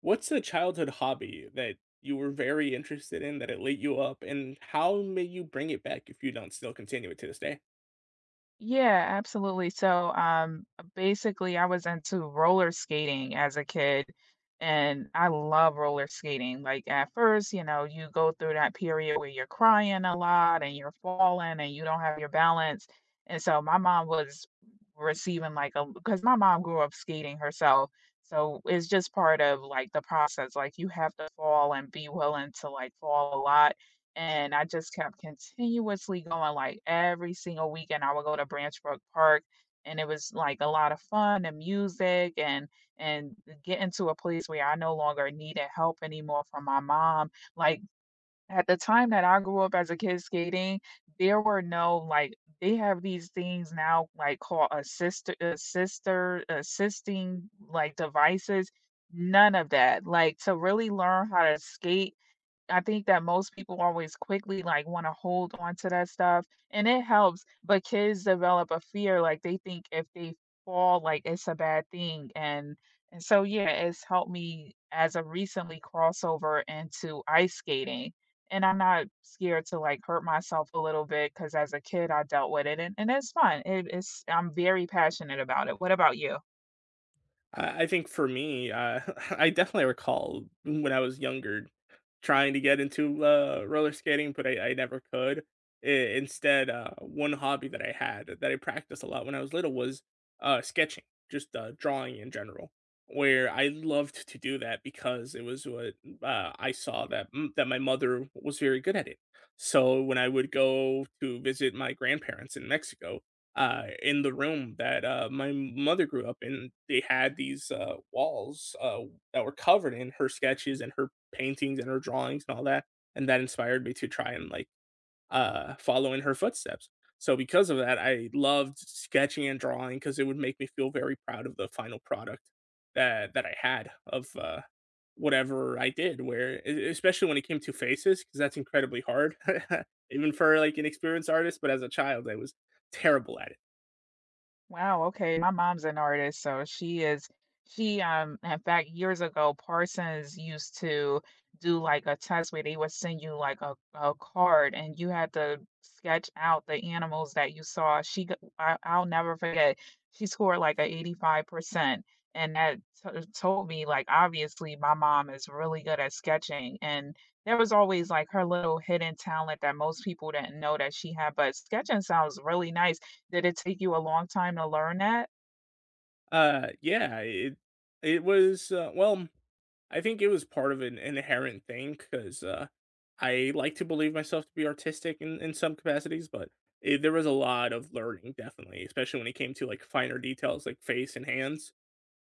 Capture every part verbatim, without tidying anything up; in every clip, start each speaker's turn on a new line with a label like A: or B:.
A: What's a childhood hobby that you were very interested in that it lit you up, and how may you bring it back if you don't still continue it to this day?
B: Yeah, absolutely. So, um, basically, I was into roller skating as a kid, and I love roller skating. Like, at first, you know, you go through that period where you're crying a lot and you're falling and you don't have your balance. And so, my mom was receiving like a because my mom grew up skating herself. So, it's just part of like the process. Like, you have to fall and be willing to like fall a lot, and I just kept continuously going, like, every single weekend, I would go to Branch Brook Park, and it was, like, a lot of fun and music and and getting to a place where I no longer needed help anymore from my mom. Like, at the time that I grew up as a kid skating, there were no, like, they have these things now, like, called assist assister assisting, like, devices. None of that. Like, to really learn how to skate, I think that most people always quickly, like, wanna hold on to that stuff, and it helps, but kids develop a fear, like, they think if they fall, like, it's a bad thing, and and so, yeah, it's helped me as of recently crossover into ice skating, and I'm not scared to, like, hurt myself a little bit because as a kid, I dealt with it, and and it's fun. It it's I'm very passionate about it. What about you?
A: I I think for me, uh, I definitely recall when I was younger trying to get into uh, roller skating, but I, I never could. I- instead, uh, one hobby that I had that I practiced a lot when I was little was uh, sketching, just uh, drawing in general, where I loved to do that because it was what uh, I saw that m- that my mother was very good at it. So when I would go to visit my grandparents in Mexico, uh, in the room that uh, my mother grew up in. They had these uh, walls uh, that were covered in her sketches and her paintings and her drawings and all that. And that inspired me to try and like uh, follow in her footsteps. So because of that, I loved sketching and drawing because it would make me feel very proud of the final product that that I had of uh, whatever I did. Where e- especially when it came to faces, because that's incredibly hard, even for like an experienced artist. But as a child, I was terrible at it.
B: Wow, okay, my mom's an artist, so she is she, um, in fact, years ago, Parsons used to do, like, a test where they would send you, like, a a card, and you had to sketch out the animals that you saw. She g I I'll never forget, she scored, like, a eighty-five percent, and that to told me, like, obviously, my mom is really good at sketching, and there was always, like, her little hidden talent that most people didn't know that she had, but sketching sounds really nice. Did it take you a long time to learn that?
A: Uh, yeah, it it was, uh, well, I think it was part of an inherent thing because uh, I like to believe myself to be artistic in, in some capacities, but it, there was a lot of learning, definitely, especially when it came to like finer details like face and hands.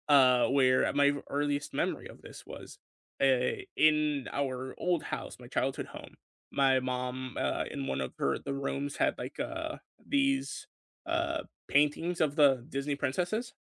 A: Uh, where my earliest memory of this was uh, in our old house, my childhood home. My mom, uh, in one of her the rooms, had like uh, these uh, paintings of the Disney princesses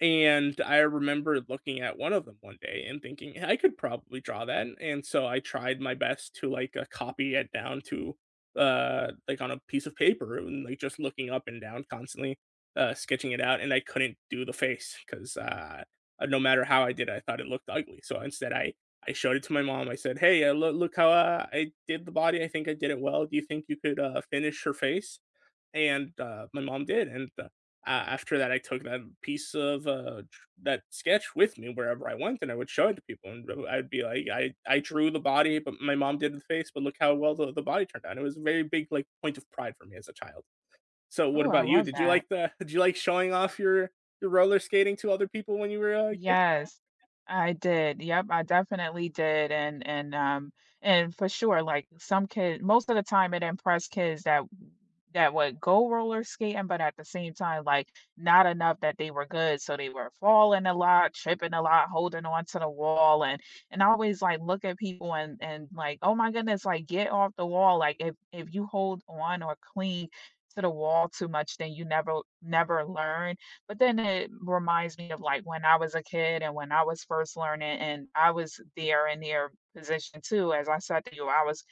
A: and I remember looking at one of them one day and thinking, "Hey, I could probably draw that." And so I tried my best to, like, uh, copy it down to, uh, like, on a piece of paper and, like, just looking up and down constantly, uh, sketching it out, and I couldn't do the face 'cause, uh, uh, no matter how I did it, I thought it looked ugly. So instead, I I showed it to my mom. I said, "Hey, uh, loo look how, uh, I did the body. I think I did it well. Do you think you could, uh, finish her face?" And, uh, my mom did, and, uh, a after that, I took that piece of, uh, tr that sketch with me wherever I went, and I would show it to people, and i I'd be like, "I I drew the body, but my mom did the face, but look how well the the body turned out." It was a very big, like, point of pride for me as a child. So, what
B: Oh, I
A: about you?
B: love
A: Did you
B: that.
A: like the did you like showing off your your roller skating to other people when you were a kid?
B: Yes, I did. Yep, I definitely did, and and um and for sure, like some kids. Most of the time it impressed kids that that would go roller skating, but at the same time, like not enough that they were good, so they were falling a lot, tripping a lot, holding on to the wall, and and I always like look at people and and like, oh my goodness, like get off the wall. Like if if you hold on or cling to the wall too much, then you never never learn, but then it reminds me of, like, when I was a kid and when I was first learning, and I was there in their position too, as I said to you, I was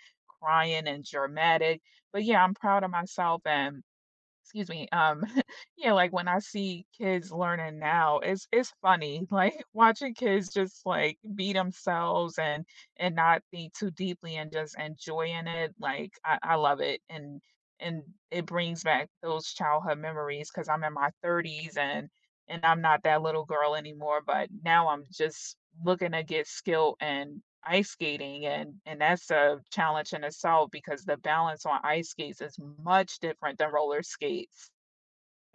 B: crying and dramatic, but yeah, I'm proud of myself and excuse me, um, yeah, like, when I see kids learning now, it's it's funny, like, watching kids just, like, be themselves and and not think too deeply and just enjoying it, like, I I love it, and and it brings back those childhood memories because 'cause I'm in my thirties, and and I'm not that little girl anymore, but now I'm just looking to get skilled in ice skating, and and that's a challenge in itself because the balance on ice skates is much different than roller skates.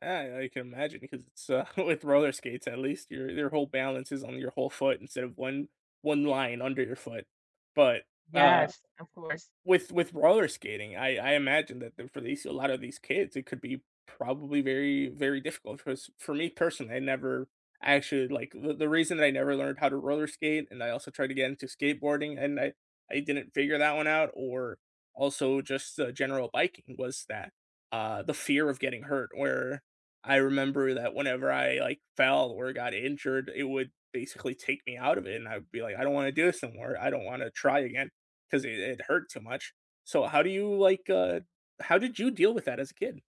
A: Yeah, I can imagine because it's, uh, with roller skates, at least your your whole balance is on your whole foot instead of one one line under your foot, but,
B: Yeah.
A: uh
B: Yes, of course.
A: With with roller skating, I I imagine that the for these a lot of these kids, it could be probably very, very difficult. Cause for me personally, I never actually like, the the reason that I never learned how to roller skate, and I also tried to get into skateboarding, and I I didn't figure that one out, or also just, uh, general biking was that, uh, the fear of getting hurt, where I remember that whenever I, like, fell or got injured, it would basically take me out of it, and I would be like, "I don't wanna do this anymore, I don't wanna try again." 'Cause it it hurt too much. So how do you, like, uh how did you deal with that as a kid?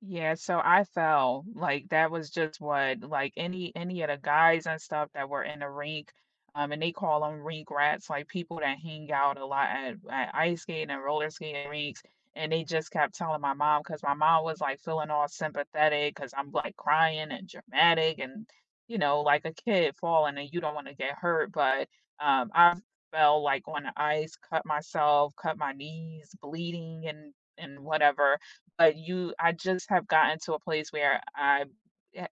B: Yeah, so I fell, like, that was just what like, any any of the guys and stuff that were in the rink, um, and they call 'em rink rats, like, people that hang out a lot at at ice skating and roller skating rinks, and they just kept telling my mom because my mom was, like, feeling all sympathetic because 'cause I'm, like, crying and dramatic and, you know, like a kid falling and you don't wanna get hurt, but, um, I fell, like, on the ice, cut myself, cut my knees, bleeding and and whatever, but you I just have gotten to a place where I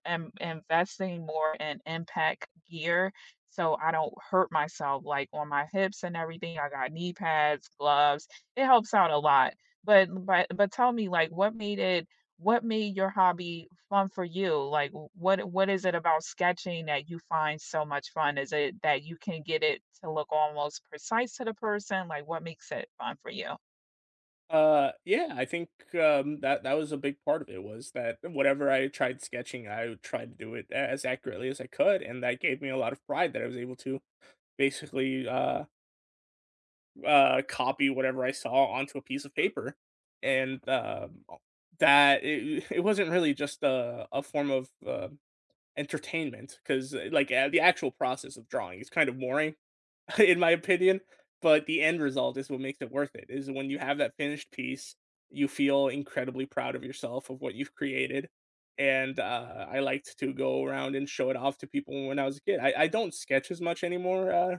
B: am investing more in impact gear so I don't hurt myself like on my hips and everything. I got knee pads, gloves. It helps out a lot. But but but tell me like what made it what made your hobby fun for you? Like what what is it about sketching that you find so much fun? Is it that you can get it to look almost precise to the person? Like what makes it fun for you?
A: Uh, yeah, I think, um, that that was a big part of it was that whatever I tried sketching, I tried to do it as accurately as I could, and that gave me a lot of pride that I was able to basically, uh uh, copy whatever I saw onto a piece of paper, and um, that it, it wasn't really just a, a form of uh, entertainment because like uh, the actual process of drawing is kind of boring in my opinion. But the end result is what makes it worth it. Is when you have that finished piece, you feel incredibly proud of yourself of what you've created. And uh, I liked to go around and show it off to people when I was a kid. I, I don't sketch as much anymore uh,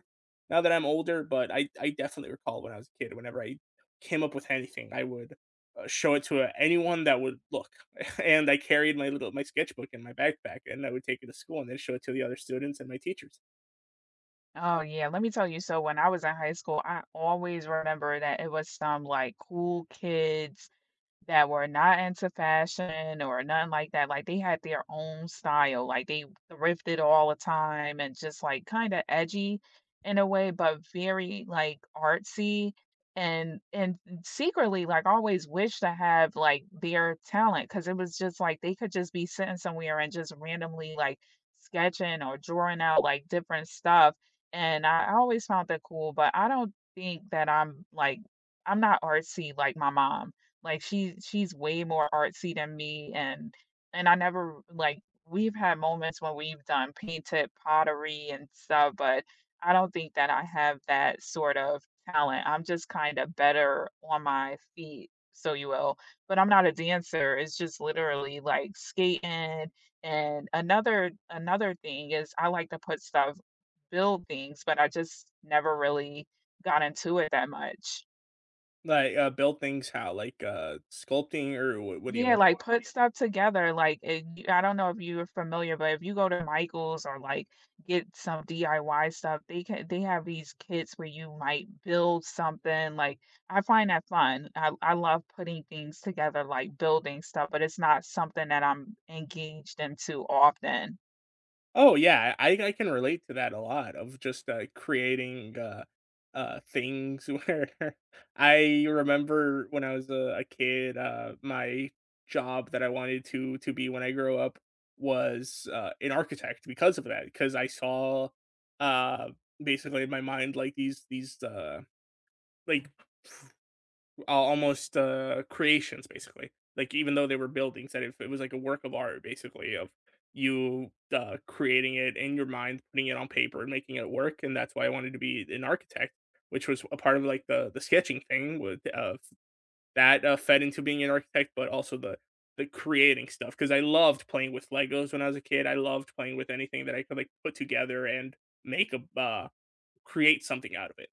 A: now that I'm older, but I, I definitely recall when I was a kid, whenever I came up with anything, I would uh, show it to uh, anyone that would look. And I carried my little my sketchbook in my backpack, and I would take it to school and then show it to the other students and my teachers.
B: Oh, yeah, let me tell you, so when I was in high school, I always remember that it was some, like, cool kids that were not into fashion or nothing like that, like, they had their own style, like, they thrifted all the time and just, like, kinda edgy in a way, but very, like, artsy, and and secretly, like, I always wished to have, like, their talent because it was just, like, they could just be sitting somewhere and just randomly, like, sketching or drawing out, like, different stuff, and I I always found that cool, but I don't think that I'm, like, I'm not artsy like my mom. Like, she she's way more artsy than me, and and I never like, we've had moments when we've done painted pottery and stuff, but I don't think that I have that sort of talent. I'm just kinda better on my feet, so you will, but I'm not a dancer. It's just literally, like, skating, and another another thing is I like to put stuff build things, but I just never really got into it that much.
A: Like, uh, build things how? Like, uh, sculpting or what what do you
B: Yeah,
A: mean?
B: like, put stuff together, like, and I don't know if you're familiar, but if you go to Michael's or, like, get some D I Y stuff, they can they have these kits where you might build something, like, I find that fun. I I love putting things together, like, building stuff, but it's not something that I'm engaged into often.
A: Oh, yeah, I I can relate to that a lot of just, uh, creating, uh uh, things where I remember when I was a a kid, uh, my job that I wanted to to be when I grow up was, uh, an architect because of that because I saw, uh, basically in my mind, like, these these, uh, like uh, almost uh, creations basically. Like even though they were buildings, that if it was like a work of art basically of you uh, creating it in your mind, putting it on paper, and making it work. And that's why I wanted to be an architect, which was a part of like the the sketching thing with uh, that uh, fed into being an architect, but also the the creating stuff because I loved playing with Legos when I was a kid. I loved playing with anything that I could like put together and make a uh, create something out of it.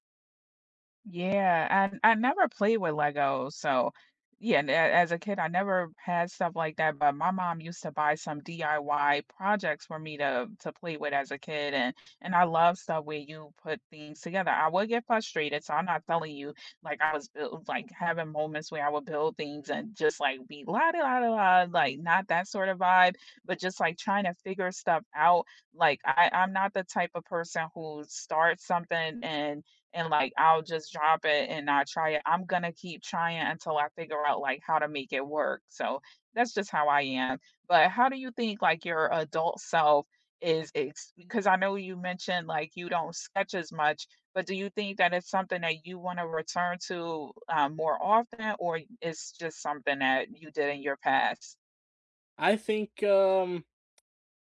B: Yeah, I I never played with Legos, so yeah, and a as a kid, I never had stuff like that, but my mom used to buy some D I Y projects for me to to play with as a kid, and and I love stuff where you put things together. I would get frustrated, so I'm not telling you like I was built like having moments where I would build things and just like be la da la da la, like not that sort of vibe, but just like trying to figure stuff out. Like I I'm not the type of person who starts something and and like I'll just drop it and not try it. I'm gonna keep trying until I figure out like how to make it work. So that's just how I am. But how do you think like your adult self is ex- because I know you mentioned like you don't sketch as much, but do you think that it's something that you want to return to uh, more often, or it's just something that you did in your past?
A: I think um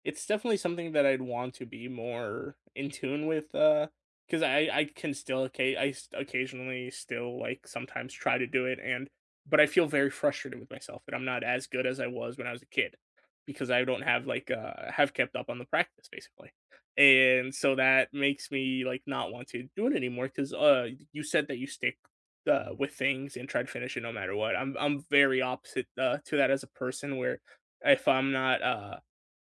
A: it's definitely something that I'd want to be more in tune with, uh, because I I can still occa I s occasionally still, like, sometimes try to do it and but I feel very frustrated with myself that I'm not as good as I was when I was a kid because I don't have, like, uh have kept up on the practice, basically, and so that makes me, like, not want to do it anymore. Cause uh, you said that you stick, uh, with things and try to finish it no matter what. I'm I'm very opposite, uh, to that as a person where if I'm not, uh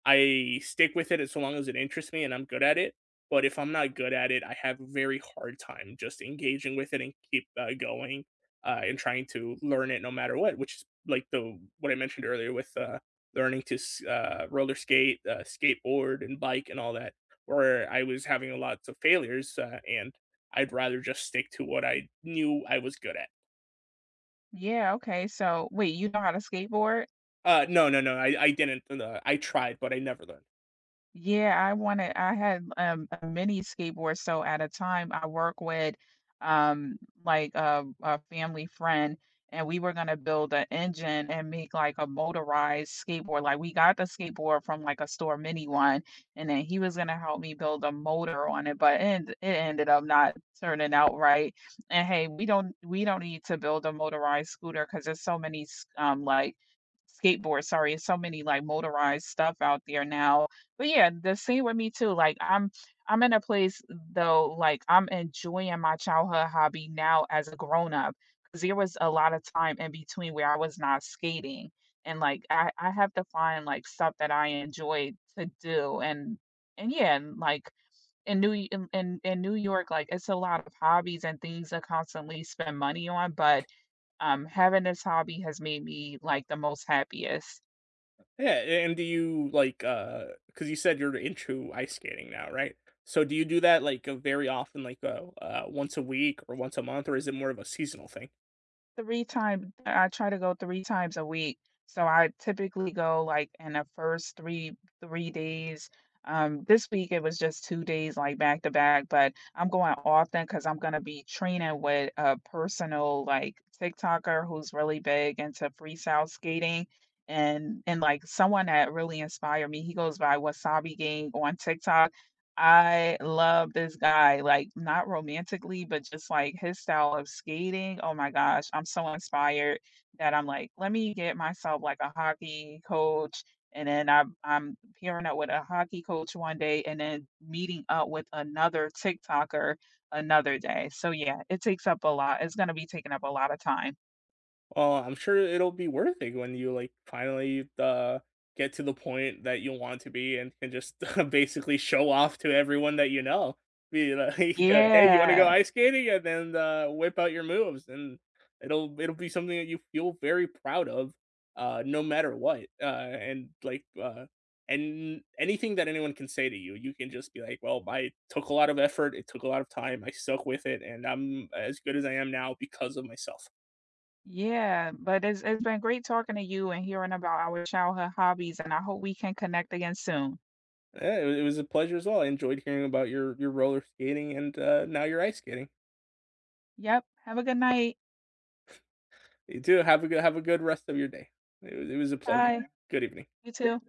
A: I stick with it as long as it interests me and I'm good at it. But if I'm not good at it, I have a very hard time just engaging with it and keep uh, going uh, and trying to learn it no matter what, which is like the what I mentioned earlier with uh, learning to s- uh, roller skate, uh, skateboard, and bike and all that, where I was having lots of failures uh, and I'd rather just stick to what I knew I was good at.
B: Yeah, okay. So wait, you know how to skateboard?
A: Uh, no, no, no, I, I didn't. Uh, I tried, but I never learned.
B: Yeah, I wanted I had, um, a mini skateboard, so at a time I work with, um, like, a a family friend, and we were gonna build an engine and make, like, a motorized skateboard, like, we got the skateboard from, like, a store mini one, and then he was gonna help me build a motor on it, but end it ended up not turning out right, and, hey, we don't we don't need to build a motorized scooter because there's so many s um, like, skateboard, sorry, it's so many like motorized stuff out there now. But yeah, the same with me too. Like I'm I'm in a place though, like I'm enjoying my childhood hobby now as a grown up. Cause there was a lot of time in between where I was not skating. And like I, I have to find like stuff that I enjoy to do. And and yeah, and like in New in, in in New York, like it's a lot of hobbies and things to constantly spend money on. But um, having this hobby has made me like the most happiest.
A: Yeah, and do you like uh cuz you said you're into ice skating now, right? So do you do that like uh, very often like uh, uh once a week or once a month or is it more of a seasonal thing?
B: three times I try to go three times a week. So I typically go like in the first three three days. Um, this week it was just two days like back to back, but I'm going often because I 'cause I'm gonna be training with a personal like TikToker who's really big into freestyle skating and and like someone that really inspired me. He goes by Wasabi Gang on TikTok. I love this guy, like, not romantically, but just, like, his style of skating, oh my gosh, I'm so inspired that I'm like, "Let me get myself, like, a hockey coach," and then I'm I'm pairing up with a hockey coach one day and then meeting up with another TikToker another day, so yeah, it takes up a lot it's gonna be taking up a lot of time.
A: Well, I'm sure it'll be worth it when you, like, finally, uh, get to the point that you want to be and can just basically show off to everyone that you know. Be like, uh, "Hey, you wanna go
B: Yeah,
A: ice skating?" And then, uh, whip out your moves, and it'll it'll be something that you feel very proud of, uh, no matter what, uh, and, like, uh and anything that anyone can say to you, you can just be like, "Well, I took a lot of effort, it took a lot of time, I stuck with it, and I'm as good as I am now because of myself."
B: yeah, but it's it's been great talking to you and hearing about our childhood hobbies, and I hope we can connect again soon.
A: Yeah, it wa it was a pleasure as well. I enjoyed hearing about your your roller skating and, uh, now your ice skating.
B: Yep. Have a good night.
A: You too. Have a good have a good rest of your day. It was it was a pleasure.
B: Bye.
A: Good evening.
B: You too.